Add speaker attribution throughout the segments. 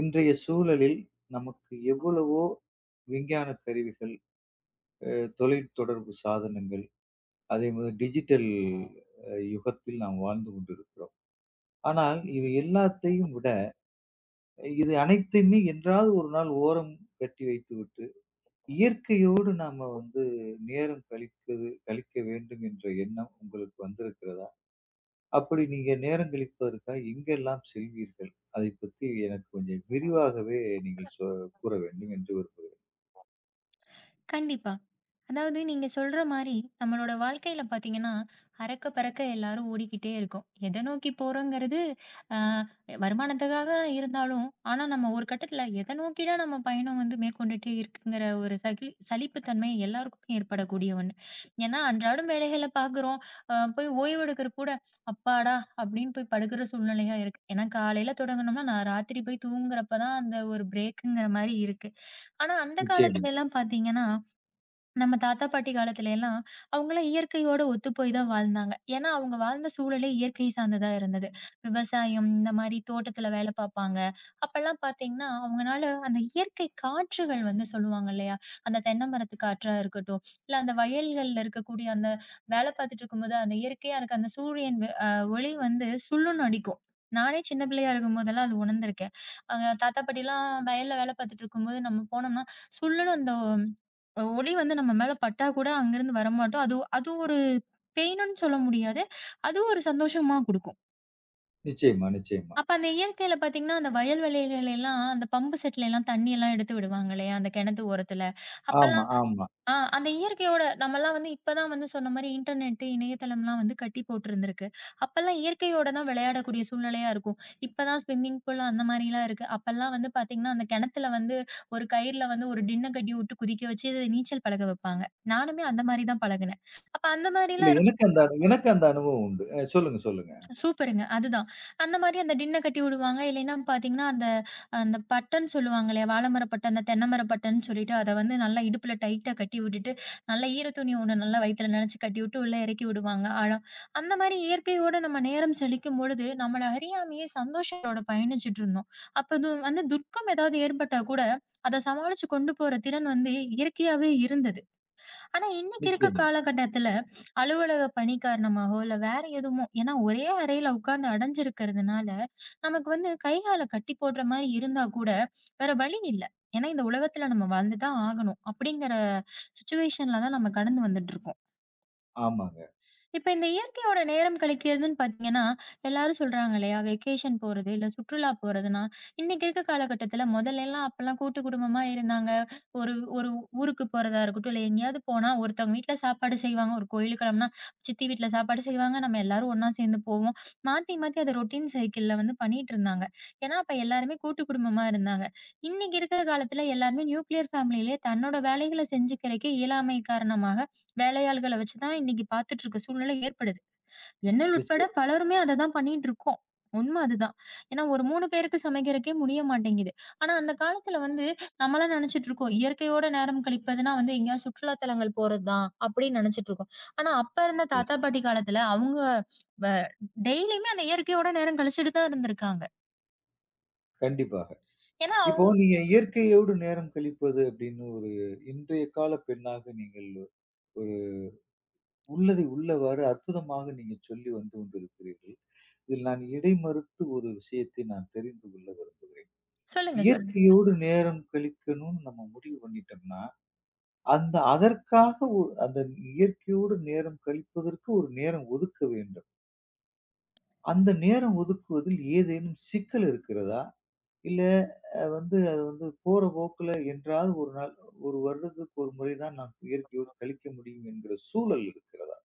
Speaker 1: இன்றைய சூழலில் நமக்கு எவ்வளவோ விஞ்ஞான கருவிகள், தொலைத்தொடர்பு சாதனங்கள், அதே மாதிரி டிஜிட்டல் யுகத்தில் நாம் வாழ்ந்து கொண்டிருக்கிறோம். ஆனால் இவை எல்லாத்தையும் விட இது அனைத்தையுமே என்றாவது ஒரு நாள் ஓரம் கட்டி வைத்துவிட்டு இயற்கையோடு நாம வந்து நேரம் கழிக்க வேண்டும் என்ற எண்ணம் உங்களுக்கு வந்திருக்கிறதா? அப்படி நீங்க நேரம் கழிப்பதற்காக எங்கெல்லாம் செல்வீர்கள்? அதைப் பத்தி எனக்கு கொஞ்சம் விரிவாகவே நீங்கள் சொ கூற வேண்டும் என்று விரும்புகிறேன்.
Speaker 2: கண்டிப்பா. அதாவது நீங்க சொல்ற மாரி, நம்மளோட வாழ்க்கையில பார்த்தீங்கன்னா, அறக்க பறக்க எல்லாரும் ஓடிக்கிட்டே இருக்கோம். எத நோக்கி போறோங்கிறது, அ வருமானத்துக்காக இருந்தாலும், ஆனா நம்ம ஒரு கட்டத்தில எத நோக்கி தான் நம்ம பயணம் வந்து மேற்கொண்டுட்டே இருக்குங்கிற ஒரு சகி சலிப்புத்தன்மை எல்லாருக்கும் ஏற்படக்கூடிய ஒண்ணு. ஏன்னா, அன்றாடம் வேலைகள பார்க்குறோம். போய் ஓய்வெடுக்கிற கூட, "அப்பாடா!" அப்படின்னு போய் படுக்கிற சூழ்நிலையா இருக்கு. ஏன்னா காலையில தொடங்குனோம்னா, நான் ராத்திரி போய் தூங்குறப்ப தான் அந்த ஒரு பிரேக்குங்கிற மாரி இருக்கு. ஆனா அந்த
Speaker 1: நிச்சயம்.
Speaker 2: காலத்துலலாம் பார்த்தீங்கன்னா நம்ம தாத்தா, பாட்டி காலத்துல எல்லாம் அவங்கலாம் இயற்கையோட ஒத்துப்போய் தான் வாழ்ந்தாங்க. ஏன்னா, அவங்க வாழ்ந்த சூழலே இயற்கை சார்ந்ததா இருந்தது. விவசாயம் இந்த மாரி தோட்டத்துல வேலை பார்ப்பாங்க. அப்பலாம் பார்த்தீங்கன்னா, அவங்கனால அந்த இயற்கை காற்றுகள் வந்து சொல்லுவாங்க இல்லையா? அந்த தென்னை மரத்து காற்றா இருக்கட்டும், இல்ல அந்த வயல்கள்ல இருக்கக்கூடிய அந்த வேலை பார்த்துட்டு இருக்கும்போது, அந்த இயற்கையா இருக்க அந்த சூரியன் வெ அ ஒளி வந்து சுல்லுன்னு அடிக்கும். நானே சின்ன பிள்ளையா இருக்கும்போதெல்லாம் அது உணர்ந்திருக்கேன். அ தாத்தா, பாட்டிலாம் வயல்ல வேலை பார்த்துட்டு இருக்கும்போது நம்ம போனோம்னா, சுல்லுன்னு அந்த ஒளி வந்து நம்ம மேல பட்டா கூட அங்கருந்து வரமாட்டோம். அது அது ஒரு பெயினுன்னு சொல்ல முடியாது. அது ஒரு சந்தோஷமா குடுக்கும்.
Speaker 1: நிச்சயமா, நிச்சயமா.
Speaker 2: அப்ப அந்த இயற்கையில பார்த்தீங்கன்னா, அந்த வயல் வெளிகள்ல எல்லாம் அந்த பம்பு செட்ல எல்லாம் தண்ணி எல்லாம் எடுத்து விடுவாங்க இல்லையா? அந்த கிணத்து ஓரத்துல.
Speaker 1: ஆமா,
Speaker 2: அப்பலாம்
Speaker 1: ஆமா.
Speaker 2: அந்த இயற்கையோட நம்மலாம் வந்து இப்ப தான் வந்து சொன்ன மாரி இன்டர்நெட், இணையதளம்லாம் வந்து கட்டி போட்டிருந்திருக்கு. அப்பல்லாம் இயற்கையோட தான் விளையாடக்கூடிய சூழ்நிலையா இருக்கும். இப்ப தான் ஸ்விம்மிங் பூல் அந்த மாரிலாம் இருக்கு. அப்பல்லாம் வந்து பார்த்தீங்கன்னா, அந்த கிணத்துல வந்து ஒரு கயிறுல வந்து ஒரு டின்ன கட்டி விட்டு குதிக்க வச்சு நீச்சல் பழக வைப்பாங்க. நானுமே அந்த மாரி தான் பழகுனேன். அப்ப அந்த
Speaker 1: இல்ல
Speaker 2: மாரிலாம்
Speaker 1: எனக்கு அந்த அனுபவம் உண்டு. சொல்லுங்க, சொல்லுங்க.
Speaker 2: சூப்பருங்க. அதுதான். அந்த மாரி அந்த டின்ன கட்டி விடுவாங்க. இல்லைன்னா பார்த்தீங்கன்னா, அந்த அந்த பட்டன்னு சொல்லுவாங்க இல்லையா? வாழ மர பட்ட, அந்த தென்னை மர பட்டன்னு சொல்லிட்டு, அத வந்து நல்லா இடுப்புல டைட்டா கட்டி விட்டுட்டு, நல்லா ஈர துணி ஒண்ணு நல்லா வயித்துல நெனச்சு கட்டி விட்டு உள்ள இறக்கி விடுவாங்க ஆழம். அந்த மாரி இயற்கையோட நம்ம நேரம் செழிக்கும் பொழுது, நம்மள அறியாமயே சந்தோஷத்தோட பயணிச்சுட்டு இருந்தோம். அப்ப அது வந்து துர்க்கம் ஏதாவது ஏற்பட்டா கூட, அத சமாளிச்சு கொண்டு போற திறன் வந்து இயற்கையாவே இருந்தது. ஆனா இன்னைக்கு இருக்க
Speaker 1: நிச்சயமா.
Speaker 2: காலகட்டத்துல அலுவலக பணி காரணமாகவோ இல்ல வேற எதுவுமோ ஏன்னா ஒரே அறையில உட்கார்ந்து அடைஞ்சிருக்கிறதுனால நமக்கு வந்து கை கால கட்டி போடுற மாதிரி இருந்தா கூட வேற வழி இல்ல. ஏன்னா இந்த உலகத்துல நம்ம வாழ்ந்துதான் ஆகணும் அப்படிங்கிற சுச்சுவேஷன்ல தான் நம்ம கடந்து வந்துட்டு இருக்கோம்.
Speaker 1: ஆமாங்க.
Speaker 2: இப்ப இந்த இயற்கையோட நேரம் கழிக்கிறதுன்னு பார்த்தீங்கன்னா, எல்லாரும் சொல்றாங்க இல்லையா? வெக்கேஷன் போறது, இல்ல சுற்றுலா போறதுன்னா, இன்னைக்கு இருக்க காலகட்டத்துல முதல்லலாம் அப்பலாம் கூட்டு குடும்பமா இருந்தாங்க. ஒரு ஒரு ஊருக்கு போறதா இருக்கட்டும், இல்ல எங்கேயாவது போனா ஒருத்தவங்க வீட்ல சாப்பாடு செய்வாங்க. ஒரு கோயிலுக்கு கிளம்புனா, சித்தி வீட்ல சாப்பாடு செய்வாங்க. நம்ம எல்லாரும் ஒண்ணா சேர்ந்து போவோம். மாத்தி மாத்தி அத ரொட்டீன் சைக்கிள்ல வந்து பண்ணிட்டு இருந்தாங்க. ஏன்னா, அப்ப எல்லாருமே கூட்டு குடும்பமா இருந்தாங்க. இன்னைக்கு இருக்கிற காலத்துல எல்லாருமே நியூக்ளியர் ஃபேமிலியிலே தன்னோட வேலைகள செஞ்சுக்கிறக்கே இயலாமை காரணமாக வேலையாள்கள வச்சு தான் இன்னைக்கு பார்த்துட்டு இருக்க சூழ்நிலை ஏற்படுது. என்னல் உட்பட
Speaker 1: நிச்சயம்.
Speaker 2: பலருமே அத தான் பண்ணிட்டு இருக்கோம். உண்ம அதுதான். ஏன்னா ஒரு 3 பேருக்கு சமைக்கிறக்கே முடிய மாட்டேங்குது. ஆனா அந்த காலத்துல வந்து நம்மலாம் நெனச்சுட்டு இருக்கோம். இயற்கையோட நேரம் கழிப்பதுனா வந்து எங்கேயாவது சுற்றுலா தலங்கள் போறது தான் அப்படின்னு நெனச்சுட்டு இருக்கோம். ஆனா அப்ப இருந்த
Speaker 1: நிச்சயம்.
Speaker 2: தாத்தா, பாட்டி காலத்துல அவங்க வ டெய்லியுமே அந்த இயற்கையோட நேரம் கழிச்சுட்டு தான் இருந்திருக்காங்க.
Speaker 1: கண்டிப்பாக.
Speaker 2: ஏன்னா
Speaker 1: இப்போ
Speaker 2: அவ்
Speaker 1: நீங்க இயற்கையோடு நேரம் கழிப்பது அப்படின்னு ஒரு இன்றைய கால பெண்ணாக நீங்கள் ஒரு உள்ளதை உள்ளவாறு அற்புதமாக நீங்க சொல்லி வந்து கொண்டிருக்கிறீர்கள். இதில் நான் இடை மறுத்து ஒரு விஷயத்தை நான் தெரிந்து கொள்ள விரும்புகிறேன்.
Speaker 2: சொல்லுங்க, சொல்லுங்க.
Speaker 1: இயற்கையோடு நேரம் கழிக்கணும்னு நம்ம முடிவு பண்ணிட்டோம்னா, அந்த அதற்காக ஒ அந்த இயற்கையோடு நேரம் கழிப்பதற்கு ஒரு நேரம் ஒதுக்க வேண்டும். அந்த நேரம் ஒதுக்குவதில் ஏதேனும் சிக்கல் இருக்கிறதா? இல்ல வந்து அது வந்து போற போக்குல என்றாவது ஒரு நாள், 1 வருடத்துக்கு ஒரு முறை தான் நான் இயற்கையோடு கழிக்க முடியும் என்கிற சூழல் இருக்கிறதா?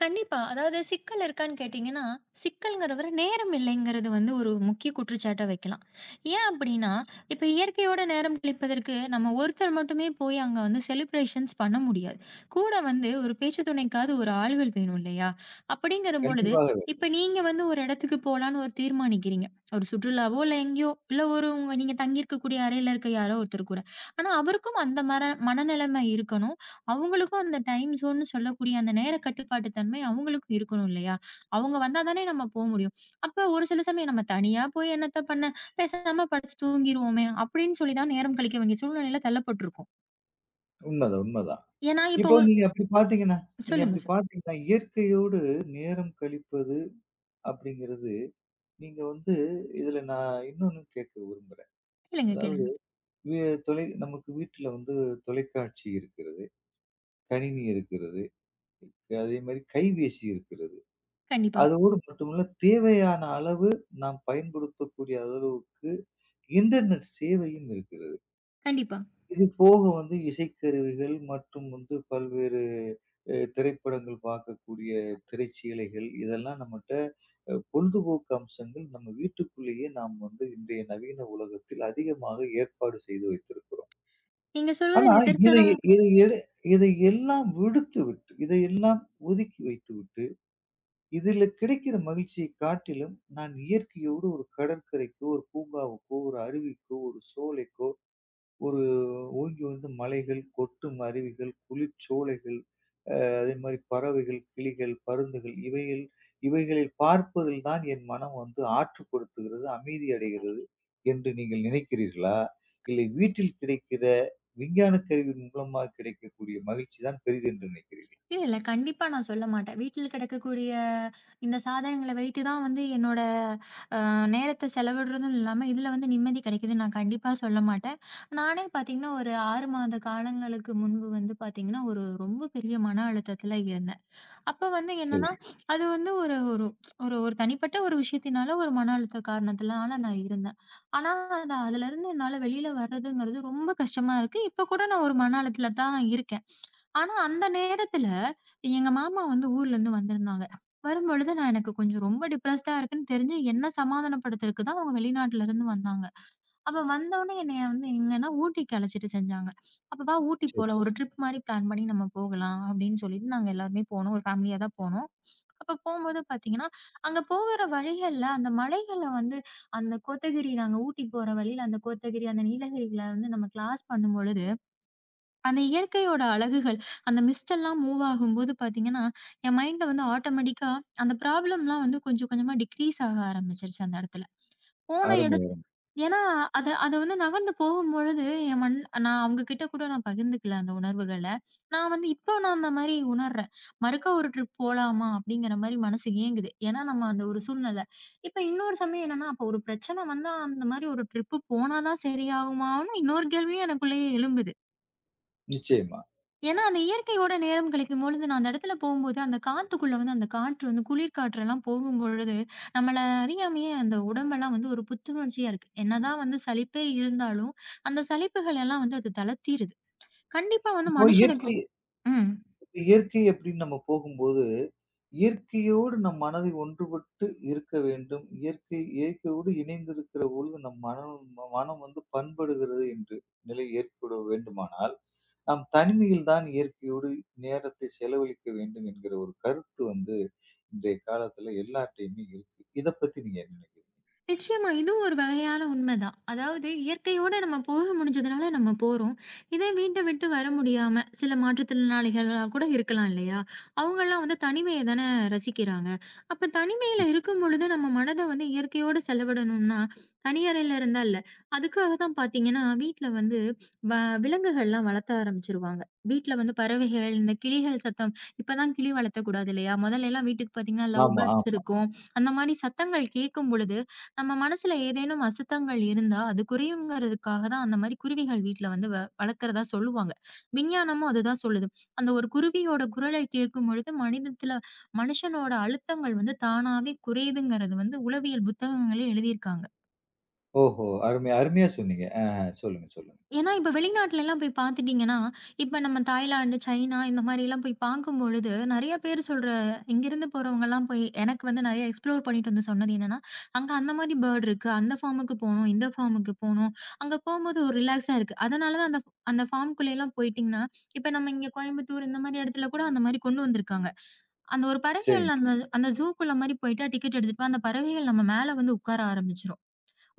Speaker 2: கண்டிப்பா. அதாவது சிக்கல் இருக்கான்னு கேட்டீங்கன்னா, சிக்கல்ங்கிறவர நேரம் இல்லைங்கிறது வந்து ஒரு முக்கிய குற்றச்சாட்டா வைக்கலாம். ஏன் அப்படின்னா, இப்ப இயற்கையோட நேரம் கழிப்பதற்கு நம்ம ஒருத்தர் மட்டுமே போய் அங்க வந்து செலிப்ரேஷன்ஸ் பண்ண முடியாது. கூட வந்து ஒரு பேச்சு துணைக்காவது ஒரு ஆள்கள் வேணும் இல்லையா? அப்படிங்கிற பொழுது,
Speaker 1: கண்டிப்பாகவே.
Speaker 2: இப்ப நீங்க வந்து ஒரு இடத்துக்கு போலான்னு ஒரு தீர்மானிக்கிறீங்க. ஒரு சுற்றுலாவோ இல்ல எங்கேயோ, இல்ல ஒரு உங்க நீங்க தங்கி இருக்கக்கூடிய அறையில இருக்க யாரோ ஒருத்தர் கூட. ஆனா அவருக்கும் அந்த மர மனநிலைமை இருக்கணும். அவங்களுக்கும் அந்த டைம் ஜோன்னு சொல்லக்கூடிய அந்த நேர கட்டுப்பாட்டு தன்மை அவங்களுக்கும் இருக்கணும் இல்லையா? அவங்க வந்தா தானே நம்ம போ முடியும். அப்ப ஒரு சில சமயம் நம்ம தனியா போய் என்னத்த பண்ண? பேசாம படுத்து தூங்கிருவோமே! அப்படின்னு சொல்லி தான் நேரம் கழிக்க வேண்டிய சூழ்நிலையில தள்ளப்பட்டுருக்கோம்.
Speaker 1: உண்மதான், உண்மதான்.
Speaker 2: ஏன்னா இப்போ
Speaker 1: இப்போ
Speaker 2: ஒரு கண்டிப்பா.
Speaker 1: நீங்க
Speaker 2: சொல்லுங்க
Speaker 1: அப்படி
Speaker 2: சொல்
Speaker 1: பார்த்தீங்கன்னா, இயற்கையோடு நேரம் கழிப்பது அப்படிங்கிறது, நீங்க வந்து இதுல நான் இன்னொன்னு கேட்க விரும்புறேன்.
Speaker 2: கேளுங்க,
Speaker 1: அதாவது
Speaker 2: கேளுங்க.
Speaker 1: வே நமக்கு வீட்ல வந்து தொலைக்காட்சி இருக்கிறது, கணினி இருக்கிறது, அதே மாரி கைபேசி இருக்கிறது.
Speaker 2: கண்டிப்பா,
Speaker 1: அதோடு மட்டுமல்ல, தேவையான அளவு நாம் பயன்படுத்தக்கூடிய அளவுக்கு இன்டர்நெட் சேவையும் இருக்கிறது.
Speaker 2: கண்டிப்பா.
Speaker 1: இது போக வந்து இசைக்கருவிகள் மற்றும் வந்து பல்வேறு திரைப்படங்கள் பார்க்கக்கூடிய திரைச்சீலைகள் இதெல்லாம் நம்மட்ட பொழுதுபோக்கு அம்சங்கள் நம்ம வீட்டுக்குள்ளேயே நாம் வந்து இன்றைய நவீன உலகத்தில் அதிகமாக ஏற்பாடு செய்து வைத்திருக்கிறோம்.
Speaker 2: நீங்க சொல்வது
Speaker 1: ஆனா இதை
Speaker 2: நிதர்சனம்.
Speaker 1: இதை எடு இதை எல்லாம் விடுத்துவிட்டு இதையெல்லாம் ஒதுக்கி வைத்துவிட்டு இதில கிடைக்கிற மகிழ்ச்சியை காட்டிலும், நான் இயற்கையோடு ஒரு கடற்கரைக்கோ, ஒரு பூங்காவுக்கோ, ஒரு அருவிக்கோ, ஒரு சோலைக்கோ, ஒரு ஓங்கி வந்து மலைகள், கொட்டும் அருவிகள், குளிர்ச்சோலைகள், அதே மாரி பறவைகள், கிளிகள், பருந்துகள் இவைகள் இவைகளை பார்ப்பதில் தான் என் மனம் வந்து ஆற்றுப்படுத்துகிறது, அமைதி அடைகிறது என்று நீங்கள் நினைக்கிறீர்களா? இல்லை வீட்டில் கிடைக்கிற விஞ்ஞான கருவியின் மூலமாக கிடைக்கக்கூடிய மகிழ்ச்சி தான் பெரிது என்று நினைக்கிறீர்களா?
Speaker 2: இல்ல, இல்ல. கண்டிப்பா நான் சொல்ல மாட்டேன். வீட்டில் கிடக்கக்கூடிய இந்த சாதனங்கள வைத்து தான் வந்து என்னோட நேரத்த செலவிடுறதும் இல்லாம, இதுல வந்து நிம்மதி கிடைக்குதுன்னு நான் கண்டிப்பா சொல்ல மாட்டேன். நானே பார்த்தீங்கன்னா, ஒரு 6 மாத காலங்களுக்கு முன்பு வந்து பார்த்தீங்கன்னா, ஒரு ரொம்ப பெரிய மன அழுத்தத்துல இருந்தேன். அப்ப வந்து
Speaker 1: சரிங்க.
Speaker 2: என்னன்னா, அது வந்து ஒரு ஒரு ஒரு ஒரு தனிப்பட்ட ஒரு விஷயத்தினால, ஒரு மன அழுத்த காரணத்தினால நான் இருந்தேன். ஆனா, அதுலருந்து என்னால வெளியில வர்றதுங்கிறது ரொம்ப கஷ்டமா இருக்கு. இப்ப கூட நான் ஒரு மன அழுத்தத்துல தான் இருக்கேன். ஆனா, அந்த நேரத்துல எங்க மாமா வந்து ஊர்லேருந்து வந்திருந்தாங்க. வரும்பொழுது எனக்கு கொஞ்சம் ரொம்ப டிப்ரஸ்டா இருக்குன்னு தெரிஞ்சு, என்ன சமாதானப்படுத்துறதுக்கு தான் அவங்க வெளிநாட்டுலருந்து வந்தாங்க. அப்ப வந்தவுனே என்னைய வந்து எங்கன்னா ஊட்டிக்கு அழைச்சிட்டு செஞ்சாங்க. "அப்ப வா ஊட்டி
Speaker 1: சரி.
Speaker 2: போலாம். ஒரு ட்ரிப் மாரி பிளான் பண்ணி நம்ம போகலாம்." அப்படின்னு சொல்லிட்டு நாங்க எல்லாருமே போனோம். ஒரு ஃபேமிலியா தான் போனோம். அப்ப போம்போது பார்த்தீங்கன்னா, அங்க போகுற வழிகள்ல அந்த மலைகள்ல வந்து அந்த கோத்தகிரி நாங்க ஊட்டி போற வழியில அந்த கோத்தகிரி, அந்த நீலகிரில வந்து நம்ம கிராஸ் பண்ணும்பொழுது அந்த இயற்கையோட அழகுகள், அந்த மிஸ்ட்டெல்லாம் மூவ் ஆகும்போது பார்த்தீங்கன்னா, என் மைண்ட்ல வந்து ஆட்டோமேட்டிக்கா அந்த ப்ராப்ளம்லாம் வந்து கொஞ்சம் கொஞ்சமா டிக்ரீஸ் ஆக ஆரம்பிச்சுருச்சு அந்த இடத்துல. போன இடத்
Speaker 1: அருமையா.
Speaker 2: ஏன்னா அத அத வந்து நகர்ந்து போகும்பொழுது என் மண் நான் அவங்க கிட்ட கூட நான் பகிர்ந்துக்கல அந்த உணர்வுகள. நான் வந்து இப்போ நான் அந்த மாரி உணர்றேன். மறுக்கா ஒரு ட்ரிப் போலாமா? அப்படிங்கிற மாரி மனசு ஏங்குது. ஏன்னா நம்ம அந்த ஒரு சூழ்நிலை. இப்ப இன்னொரு சமயம் என்னன்னா, அப்போ ஒரு பிரச்சனை வந்தா அந்த மாரி ஒரு ட்ரிப்பு போனா தான் சரியாகுமான்னு இன்னொரு கேள்வியும் எனக்குள்ளேயே எழும்புது.
Speaker 1: நிச்சயமா.
Speaker 2: ஏன்னா, அந்த இயற்கையோட நேரம் கழிக்கும் பொழுது, நான் அந்த இடத்துல போகும்போது, அந்த காத்துக்குள்ள வந்து அந்த காற்று வந்து குளிர் காற்றெல்லாம் போகும்பொழுது, நம்மள அறியாமயே அந்த உடம்பெல்லாம் வந்து ஒரு புத்துணர்ச்சியா இருக்கு. என்னதான் வந்து சலிப்பே இருந்தாலும், அந்த சலிப்புகள் எல்லாம் வந்து அது தளர்த்திருது. கண்டிப்பா வந்து
Speaker 1: இப்போ
Speaker 2: மனுஷனுக்கு
Speaker 1: இயற்கை
Speaker 2: ம்.
Speaker 1: இயற்கை அப்படின்னு நம்ம போகும்போது, இயற்கையோடு நம் மனதை ஒன்றுபட்டு இருக்க வேண்டும். இயற்கையோடு இணைந்திருக்கிற பொழுது நம் மனம் மனம் வந்து பண்படுகிறது என்று நிலை ஏற்பட வேண்டுமானால், நாம் தனிமையில் தான் இயற்கையோடு நேரத்தை செலவழிக்க வேண்டும் என்கிற ஒரு கருத்து வந்து இன்றைய காலத்துல எல்லார்ட்டயுமே இருக்கு. இத பத்தி நீங்க என்ன நினைக்கிறீங்க?
Speaker 2: நிச்சயமா. இதுவும் ஒரு வகையான உண்மைதான். அதாவது இயற்கையோட நம்ம போக முடிஞ்சதுனால நம்ம போறோம். இதே வீட்ட விட்டு வர முடியாம சில மாற்றுத்திறனாளிகளா கூட இருக்கலாம் இல்லையா? அவங்கலாம் வந்து தனிமைய தானே ரசிக்கிறாங்க. அப்ப தனிமையில இருக்கும் பொழுது நம்ம மனத வந்து இயற்கையோட செலவிடணும்னா, தனி அறையில இருந்தா இல்ல. அதுக்காக தான் பார்த்தீங்கன்னா, வீட்ல வந்து வ விலங்குகள்லாம் வளர்த்த ஆரம்பிச்சுருவாங்க. வீட்ல வந்து பறவைகள், இந்த கிளிகள் சத்தம். இப்பதான் கிளி வளர்த்தக்கூடாது இல்லையா? முதல்ல எல்லாம் வீட்டுக்கு பார்த்தீங்கன்னா, லவ்
Speaker 1: ஆமா,
Speaker 2: பேர்ட்ஸ்
Speaker 1: ஆமா.
Speaker 2: இருக்கும். அந்த மாரி சத்தங்கள் கேட்கும் பொழுது நம்ம மனசுல ஏதேனும் அசுத்தங்கள் இருந்தா, அது குறையுங்கிறதுக்காக தான் அந்த மாரி குருவிகள் வீட்ல வந்து வளர்க்கிறதா சொல்லுவாங்க. விஞ்ஞானமும் அதுதான் சொல்லுது. அந்த ஒரு குருவியோட குரலை கேட்கும்பொழுது, மனுஷனோட அழுத்தங்கள் வந்து தானாவே குறையுதுங்கிறது வந்து உளவியல் புத்தகங்களே எழுதியிருக்காங்க.
Speaker 1: ஓஹோ! அருமை அருமையா சொன்னீங்க. ஆஹ சொல்லுங்க, சொல்லுங்க.
Speaker 2: ஏன்னா, இப்ப வெளிநாட்டுலலாம் போய் பார்த்துட்டீங்கன்னா, இப்ப நம்ம தாய்லாந்து, சைனா இந்த மாரிலாம் போய் பார்க்கும்பொழுது, நெறைய பேர் சொல்ற இங்கிருந்து போறவங்கலாம் போய் எனக்கு வந்து நெறைய எக்ஸ்ப்ளோர் பண்ணிட்டு வந்து சொன்னது என்னன்னா, "அங்க அந்த மாரி பேர்ட் இருக்கு. அந்த ஃபார்முக்கு போணும். இந்த ஃபார்முக்கு போணும். அங்க போம்போது ஒரு ரிலாக்ஸா இருக்கு." அதனால தான் அந்த அந்த ஃபார்ம்குள்ளேலாம் போயிட்டீங்கன்னா, இப்ப நம்ம இங்க கோயம்புத்தூர் இந்த மாரி இடத்துல கூட அந்த மாரி கொண்டு வந்திருக்காங்க. அந்த ஒரு பறவைகள்
Speaker 1: சரிங்க.
Speaker 2: அந்த அந்த ஜூக்குள்ள மாரி போயிட்டா டிக்கெட் எடுத்துட்டா, அந்த பறவைகள் நம்ம மேல வந்து உட்கார ஆரம்பிச்சுரும்.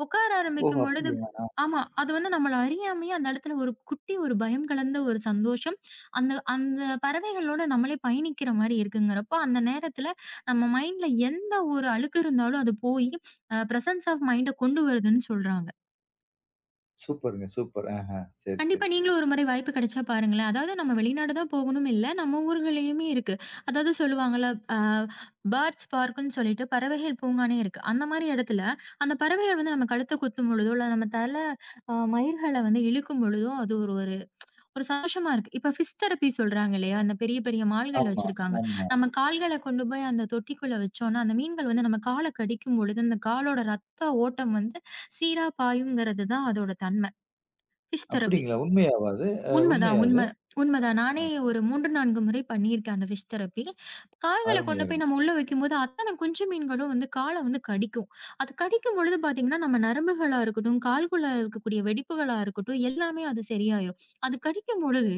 Speaker 2: உட்கார
Speaker 1: ஓஹோ!
Speaker 2: ஆரம்பிக்கும் பொழுது
Speaker 1: அப்படியா?
Speaker 2: ஆமா. அது வந்து நம்மள அறியாமயே அந்த இடத்துல ஒரு குட்டி ஒரு பயம் கலந்த ஒரு சந்தோஷம். அந்த அந்த பறவைகளோட நம்மளே பயணிக்கிற மாரி இருக்குங்கிறப்போ, அந்த நேரத்துல நம்ம மைண்ட்ல எந்த ஒரு அழுக்கு இருந்தாலும் அது போயி பிரசன்ஸ் ஆஃப் மைண்ட கொண்டு வருதுன்னு சொல்றாங்க.
Speaker 1: சூப்பருங்க, சூப்பர். ஆஹ. சரி, சரி,
Speaker 2: கண்டிப்பா
Speaker 1: சரி.
Speaker 2: நீங்களும் ஒரு முறை வாய்ப்பு கிடைச்சா பாருங்களேன். அதாவது நம்ம வெளிநாடு தான் போகணும்னு இல்ல. நம்ம ஊர்கள்லயுமே இருக்கு. அதாவது சொல்லுவாங்கல்ல, அ பேர்ட்ஸ் பார்க்குன்னு சொல்லிட்டு பறவைகள் பூங்கானே இருக்கு. அந்த மாரி இடத்துல, அந்த பறவைகள் வந்து நம்ம கழுத்த குத்தும் பொழுதோ, இல்ல நம்ம தல அ மயிர்கள வந்து இழுக்கும் பொழுதோ, அது ஒரு ஒரு ஒரு சந்தோஷமா இருக்கு. இப்ப ஃபிஷ் தெரப்பி சொல்றாங்க இல்லையா? அந்த பெரிய பெரிய மால்கள்ல
Speaker 1: ஆமா,
Speaker 2: வச்சிருக்காங்க.
Speaker 1: ஆமா.
Speaker 2: நம்ம கால்கள கொண்டு போய் அந்த தொட்டிக்குள்ள வச்சோம்னா, அந்த மீன்கள் வந்து நம்ம கால கடிக்கும் பொழுது, அந்த காலோட ரத்த ஓட்டம் வந்து சீரா பாயுங்கிறது தான் அதோட தன்மை. Fish therapy.
Speaker 1: அப்படிங்களா? உண்மையாவா அது?
Speaker 2: உண்மதான்,
Speaker 1: உண்மையா அது?
Speaker 2: உண்ம உண்மதான். நானே ஒரு 3, 4 முறை பண்ணியிருக்கேன் அந்த ஃபிஷ் தெரபி. கால்கள
Speaker 1: அருமை,
Speaker 2: கொண்டு
Speaker 1: அருமை.
Speaker 2: போய் நம்ம உள்ள வைக்கும்போது, அத்தன குஞ்சு மீன்களும் வந்து கால வந்து கடிக்கும். அது கடிக்கும் பொழுது பார்த்தீங்கன்னா, நம்ம நரம்புகளா இருக்கட்டும், கால்குள்ள இருக்கக்கூடிய வெடிப்புகளா இருக்கட்டும், எல்லாமே அது சரியாயிரும். அது கடிக்கும் பொழுது,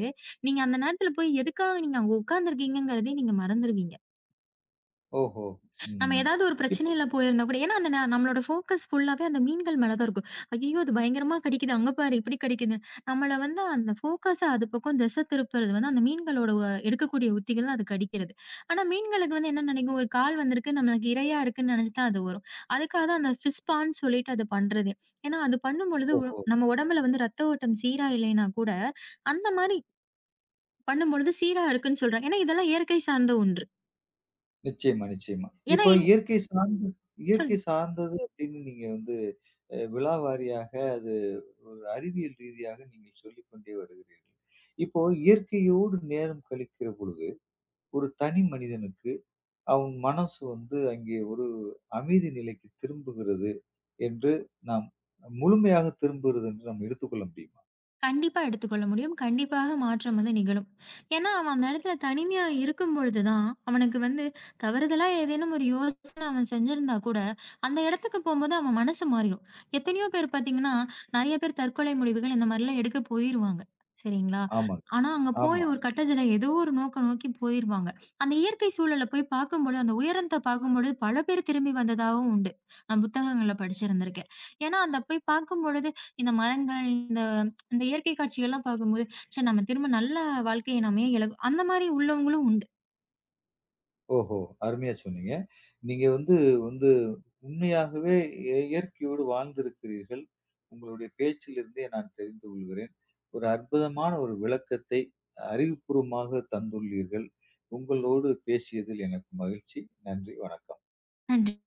Speaker 2: நீங்க அந்த நேரத்தில போய் எதுக்காக நீங்க அங்க உட்கார்ந்துருக்கீங்கங்கிறதே நீங்க மறந்துருவீங்க.
Speaker 1: ஓஹோ!
Speaker 2: நம்ம
Speaker 1: ம்.
Speaker 2: ஏதாவது ஒரு
Speaker 1: இப்
Speaker 2: பிரச்சனையில போயிருந்தா கூட ஏன்னா அந்த ந நம்மளோட ஃபோக்கஸ் ஃபுல்லாவே அந்த மீன்கள் மேல தான் இருக்கும். ஐயய்யோ! அது பயங்கரமா கடிக்குது. அங்க பாரு இப்படி கடிக்குது. நம்மள வந்து அந்த ஃபோக்கஸ அது பக்கம் திசை திருப்புறது வந்து அந்த மீன்களோட எடுக்கக்கூடிய உத்திகள் அது கடிக்கிறது. ஆனா மீன்களுக்கு வந்து என்ன நினைக்கும், ஒரு கால் வந்திருக்கு, நம்மளுக்கு இரையா இருக்குன்னு நினைச்சு தான் அது வரும். அதுக்காக தான் அந்த ஃபிஷ் பான்னு சொல்லிட்டு அது பண்றதே. ஏன்னா அது பண்ணும்பொழுது ஒ
Speaker 1: ஓஹோ!
Speaker 2: நம்ம உடம்புல வந்து ரத்த ஓட்டம் சீரா இல்லைன்னா கூட, அந்த மாரி பண்ணும்பொழுது சீரா இருக்குன்னு சொல்றாங்க. ஏன்னா இதெல்லாம் இயற்கை சார்ந்த ஒன்று.
Speaker 1: நிச்சயமா, நிச்சயமா.
Speaker 2: ஏன்னா
Speaker 1: இப்ப
Speaker 2: இன்
Speaker 1: இயற்கை
Speaker 2: சொல்
Speaker 1: சார்ந்தது அப்படின்னு நீங்க வந்து விழாவாரியாக அது ஒரு அறிவியல் ரீதியாக நீங்கள் சொல்லிக்கொண்டே வருகிறீர்கள். இப்போ இயற்கையோடு நேரம் கழிக்கிற பொழுது, ஒரு தனி மனிதனுக்கு அவன் மனசு வந்து அங்கே ஒரு அமைதி நிலைக்கு திரும்புகிறது என்று நாம் முழுமையாக திரும்புகிறது என்று நாம் எடுத்துக்கொள்ள முடியுமா?
Speaker 2: கண்டிப்பா எடுத்துக்கொள்ள முடியும். கண்டிப்பாக மாற்றம் வந்து நிகழும். ஏன்னா, அவன் அந்த இடத்துல தனிமையா இருக்கும்பொழுது தான், அவனுக்கு வந்து தவறுதலா ஏதேனும் ஒரு யோசனை அவன் செஞ்சிருந்தா கூட, அந்த இடத்துக்கு போம்போது அவன் மனசு மாறிடும். எத்தனையோ பேர் பார்த்தீங்கன்னா, நெறைய பேர் தற்கொலை முடிவுகள் இந்த மாரிலாம் எடுக்க போயிருவாங்க. சரிங்களா?
Speaker 1: ஆமாங்க.
Speaker 2: ஆனா, அங்க போய்
Speaker 1: ஆமா.
Speaker 2: ஒரு கட்டத்துல ஏதோ ஒரு நோக்கம் நோக்கி போயிருவாங்க. அந்த இயற்கை சூழல போய் பார்க்கும்பொழுது, அந்த உயரத்த பார்க்கும்பொழுது பல பேர் திரும்பி வந்ததாவும் உண்டு. நான் புத்தகங்கள்ல படிச்சிருந்திருக்கேன். ஏன்னா, அந்த போய் பார்க்கும்பொழுது இந்த மரங்கள், இந்த அந்த இயற்கை காட்சிகள்லாம் பார்க்கும்போது, சரி நம்ம திரும்ப நல்ல வாழ்க்கைய நம்ம ஏன் அந்த மாரி உள்ளவங்களும் உண்டு.
Speaker 1: ஓஹோ! அருமையா சொன்னீங்க. நீங்க வந்து வந்து உண்மையாகவே இயற்கையோடு வாழ்ந்திருக்கிறீர்கள். உங்களுடைய பேச்சிலிருந்தே நான் தெரிந்து கொள்கிறேன். ஒரு அற்புதமான ஒரு விளக்கத்தை அறிவுபூர்வமாக தந்துள்ளீர்கள். உங்களோடு பேசியதில் எனக்கு மகிழ்ச்சி. நன்றி, வணக்கம்.
Speaker 2: நன்றி.